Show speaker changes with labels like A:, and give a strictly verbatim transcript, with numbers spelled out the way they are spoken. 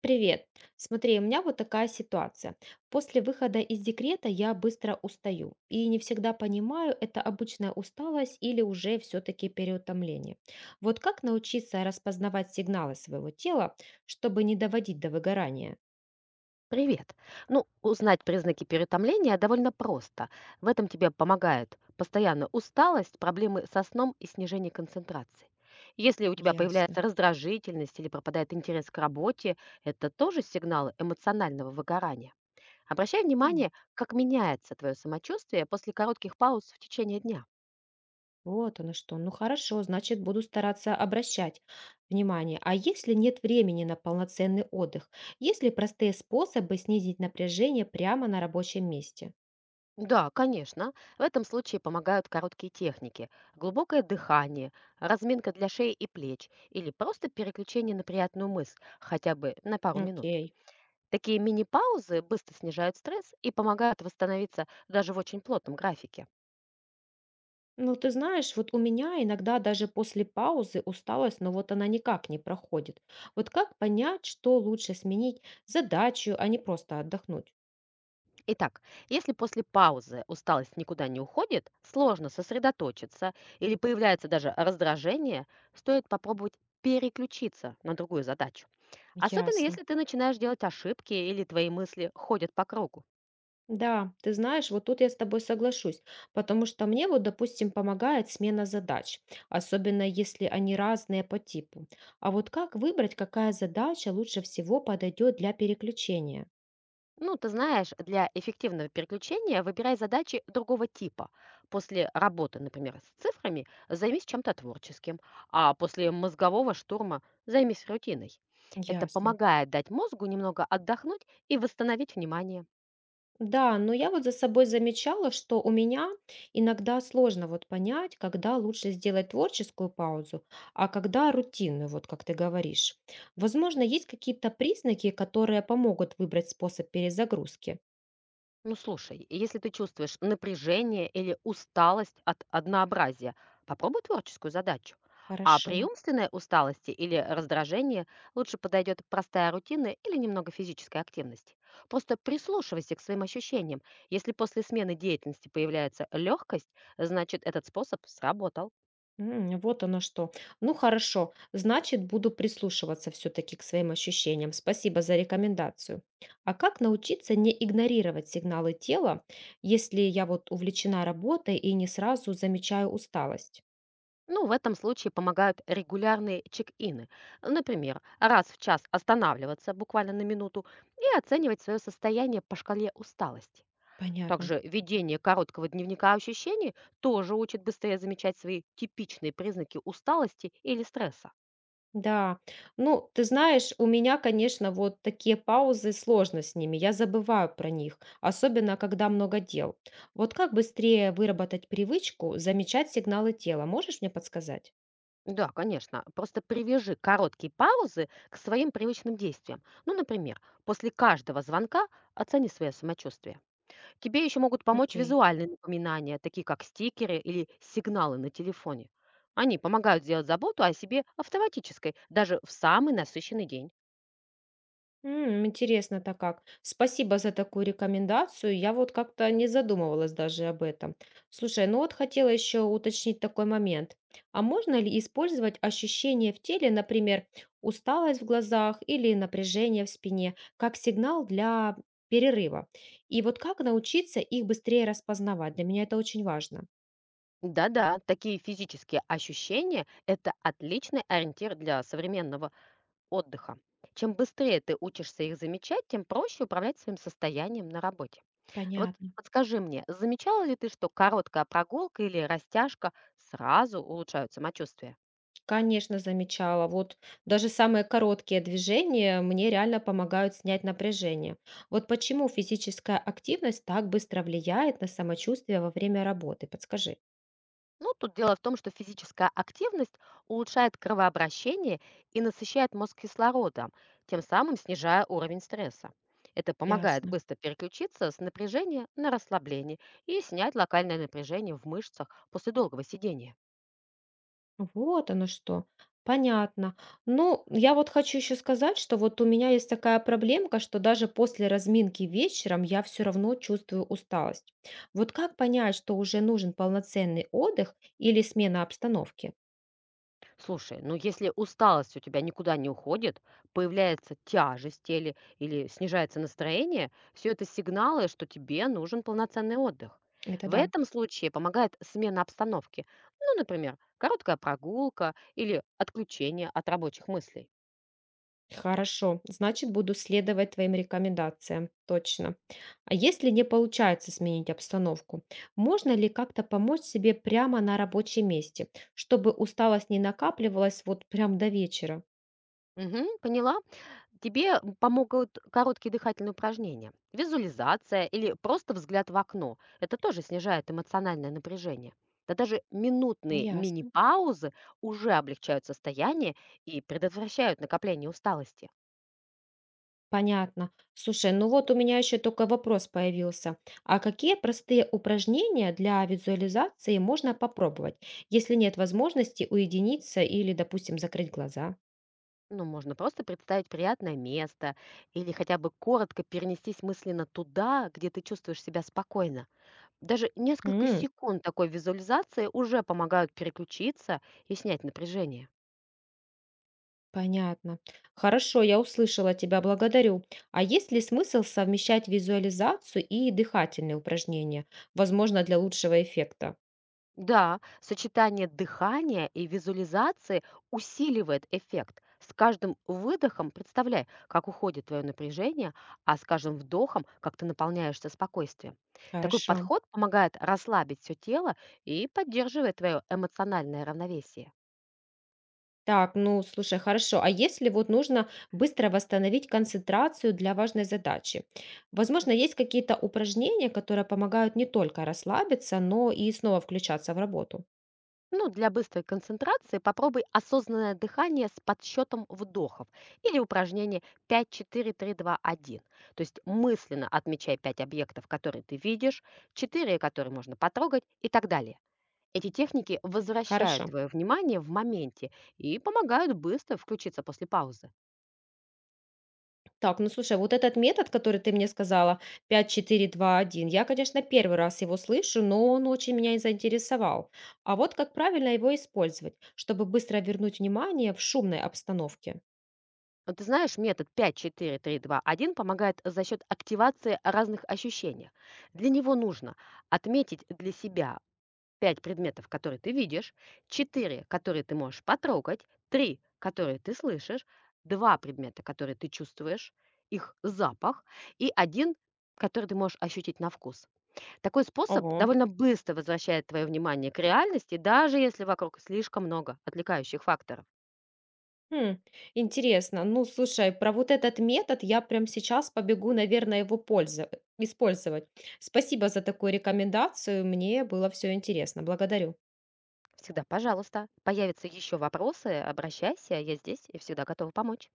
A: Привет. Смотри, у меня вот такая ситуация. После выхода из декрета я быстро устаю и не всегда понимаю, это обычная усталость или уже все-таки переутомление. Вот как научиться распознавать сигналы своего тела, чтобы не доводить до выгорания?
B: Привет. Ну, узнать признаки переутомления довольно просто. В этом тебе помогает постоянная усталость, проблемы со сном и снижение концентрации. Если у тебя
A: Ясно.
B: появляется раздражительность или пропадает интерес к работе, это тоже сигналы эмоционального выгорания. Обращай
A: М,
B: внимание, как меняется твое самочувствие после коротких пауз в течение дня.
A: Вот оно что. Ну хорошо, значит, буду стараться обращать внимание. А если нет времени на полноценный отдых, есть ли простые способы снизить напряжение прямо на рабочем месте?
B: Да, конечно. В этом случае помогают короткие техники. Глубокое дыхание, разминка для шеи и плеч или просто переключение на приятную мысль, хотя бы на пару минут.
A: Окей.
B: Такие мини-паузы быстро снижают стресс и помогают восстановиться даже в очень плотном графике.
A: Ну, ты знаешь, вот у меня иногда даже после паузы усталость, но вот она никак не проходит. Вот как понять, что лучше сменить задачу, а не просто отдохнуть?
B: Итак, если после паузы усталость никуда не уходит, сложно сосредоточиться или появляется даже раздражение, стоит попробовать переключиться на другую задачу. Особенно
A: Ясно.
B: если ты начинаешь делать ошибки или твои мысли ходят по кругу.
A: Да, ты знаешь, вот тут я с тобой соглашусь, потому что мне вот, допустим, помогает смена задач, особенно если они разные по типу. А вот как выбрать, какая задача лучше всего подойдет для переключения?
B: Ну, ты знаешь, для эффективного переключения выбирай задачи другого типа. После работы, например, с цифрами, займись чем-то творческим, а после мозгового штурма займись рутиной. Это
A: Ясно.
B: помогает дать мозгу немного отдохнуть и восстановить внимание.
A: Да, но я вот за собой замечала, что у меня иногда сложно вот понять, когда лучше сделать творческую паузу, а когда рутинную, вот как ты говоришь. Возможно, есть какие-то признаки, которые помогут выбрать способ перезагрузки.
B: Ну слушай, если ты чувствуешь напряжение или усталость от однообразия, попробуй творческую задачу. А
A: Хорошо.
B: при умственной усталости или раздражении лучше подойдет простая рутина или немного физической активности. Просто прислушивайся к своим ощущениям. Если после смены деятельности появляется легкость, значит этот способ сработал.
A: М, вот оно что. Ну хорошо, значит, буду прислушиваться все-таки к своим ощущениям. Спасибо за рекомендацию. А как научиться не игнорировать сигналы тела, если я вот увлечена работой и не сразу замечаю усталость?
B: Ну, в этом случае помогают регулярные чек-ины. Например, раз в час останавливаться буквально на минуту и оценивать свое состояние по шкале усталости.
A: Понятно.
B: Также ведение короткого дневника ощущений тоже учит быстрее замечать свои типичные признаки усталости или стресса.
A: Да. Ну, ты знаешь, у меня, конечно, вот такие паузы сложно с ними. Я забываю про них, особенно когда много дел. Вот как быстрее выработать привычку замечать сигналы тела? Можешь мне подсказать?
B: Да, конечно, просто привяжи короткие паузы к своим привычным действиям. Ну, например, после каждого звонка оцени свое самочувствие. Тебе еще могут помочь
A: Окей.
B: визуальные напоминания, такие как стикеры или сигналы на телефоне. Они помогают сделать заботу о себе автоматической, даже в самый насыщенный день.
A: М, интересно-то как. Спасибо за такую рекомендацию. Я вот как-то не задумывалась даже об этом. Слушай, ну вот хотела еще уточнить такой момент. А можно ли использовать ощущение в теле, например, усталость в глазах или напряжение в спине, как сигнал для перерыва? И вот как научиться их быстрее распознавать? Для меня это очень важно.
B: Да-да, такие физические ощущения – это отличный ориентир для современного отдыха. Чем быстрее ты учишься их замечать, тем проще управлять своим состоянием на работе. Вот
A: Понятно.
B: подскажи мне, замечала ли ты, что короткая прогулка или растяжка сразу улучшают самочувствие?
A: Конечно, замечала. Вот даже самые короткие движения мне реально помогают снять напряжение. Вот почему физическая активность так быстро влияет на самочувствие во время работы? Подскажи.
B: Ну, тут дело в том, что физическая активность улучшает кровообращение и насыщает мозг кислородом, тем самым снижая уровень стресса. Это помогает
A: Ясно.
B: быстро переключиться с напряжения на расслабление и снять локальное напряжение в мышцах после долгого сидения.
A: Вот оно что. Понятно. Ну, я вот хочу еще сказать, что вот у меня есть такая проблемка, что даже после разминки вечером я все равно чувствую усталость. Вот как понять, что уже нужен полноценный отдых или смена обстановки?
B: Слушай, ну если усталость у тебя никуда не уходит, появляется тяжесть в теле или снижается настроение, все это сигналы, что тебе нужен полноценный отдых.
A: Это
B: В
A: да.
B: этом случае помогает смена обстановки. Ну, например, короткая прогулка или отключение от рабочих мыслей.
A: Хорошо, значит, буду следовать твоим рекомендациям, точно. А если не получается сменить обстановку, можно ли как-то помочь себе прямо на рабочем месте, чтобы усталость не накапливалась вот прям до вечера?
B: Мгм, поняла? Тебе м, помогут короткие дыхательные упражнения, визуализация или просто взгляд в окно. Это тоже снижает эмоциональное напряжение. Да даже минутные
A: Ясно.
B: мини-паузы уже облегчают состояние и предотвращают накопление усталости.
A: Понятно. Слушай, ну вот у меня еще только вопрос появился. А какие простые упражнения для визуализации можно попробовать, если нет возможности уединиться или, допустим, закрыть глаза?
B: Ну, можно просто представить приятное место или хотя бы коротко перенестись мысленно туда, где ты чувствуешь себя спокойно. Даже несколько
A: М.
B: секунд такой визуализации уже помогают переключиться и снять напряжение.
A: Понятно. Хорошо, я услышала тебя, благодарю. А есть ли смысл совмещать визуализацию и дыхательные упражнения, возможно, для лучшего эффекта?
B: Да, сочетание дыхания и визуализации усиливает эффект. С каждым выдохом представляй, как уходит твое напряжение, а с каждым вдохом, как ты наполняешься спокойствием. Такой
A: Хорошо.
B: подход помогает расслабить все тело и поддерживает твое эмоциональное равновесие.
A: Так, ну, слушай, хорошо. А если вот нужно быстро восстановить концентрацию для важной задачи? Возможно, есть какие-то упражнения, которые помогают не только расслабиться, но и снова включаться в работу.
B: Ну, для быстрой концентрации попробуй осознанное дыхание с подсчетом вдохов или упражнение пять, четыре, три, два, один. То есть мысленно отмечай пять объектов, которые ты видишь, четыре, которые можно потрогать и так далее. Эти техники
A: Хорошо.
B: возвращают твое внимание в моменте и помогают быстро включиться после паузы.
A: Так, ну слушай, вот этот метод, который ты мне сказала, пять четыре два один, я, конечно, первый раз его слышу, но он очень меня и заинтересовал. А вот как правильно его использовать, чтобы быстро вернуть внимание в шумной обстановке?
B: Но ты знаешь, метод пять, четыре, три, два, один помогает за счет активации разных ощущений. Для него нужно отметить для себя пять предметов, которые ты видишь, четыре, которые ты можешь потрогать, три, которые ты слышишь, два предмета, которые ты чувствуешь, их запах, и один, который ты можешь ощутить на вкус. Такой способ
A: Ого.
B: довольно быстро возвращает твое внимание к реальности, даже если вокруг слишком много отвлекающих факторов.
A: Хм, интересно. Ну, слушай, про вот этот метод я прям сейчас побегу, наверное, его польза- использовать. Спасибо за такую рекомендацию, мне было все интересно. Благодарю.
B: Всегда, пожалуйста, появятся еще вопросы, обращайся, я здесь и всегда готова помочь.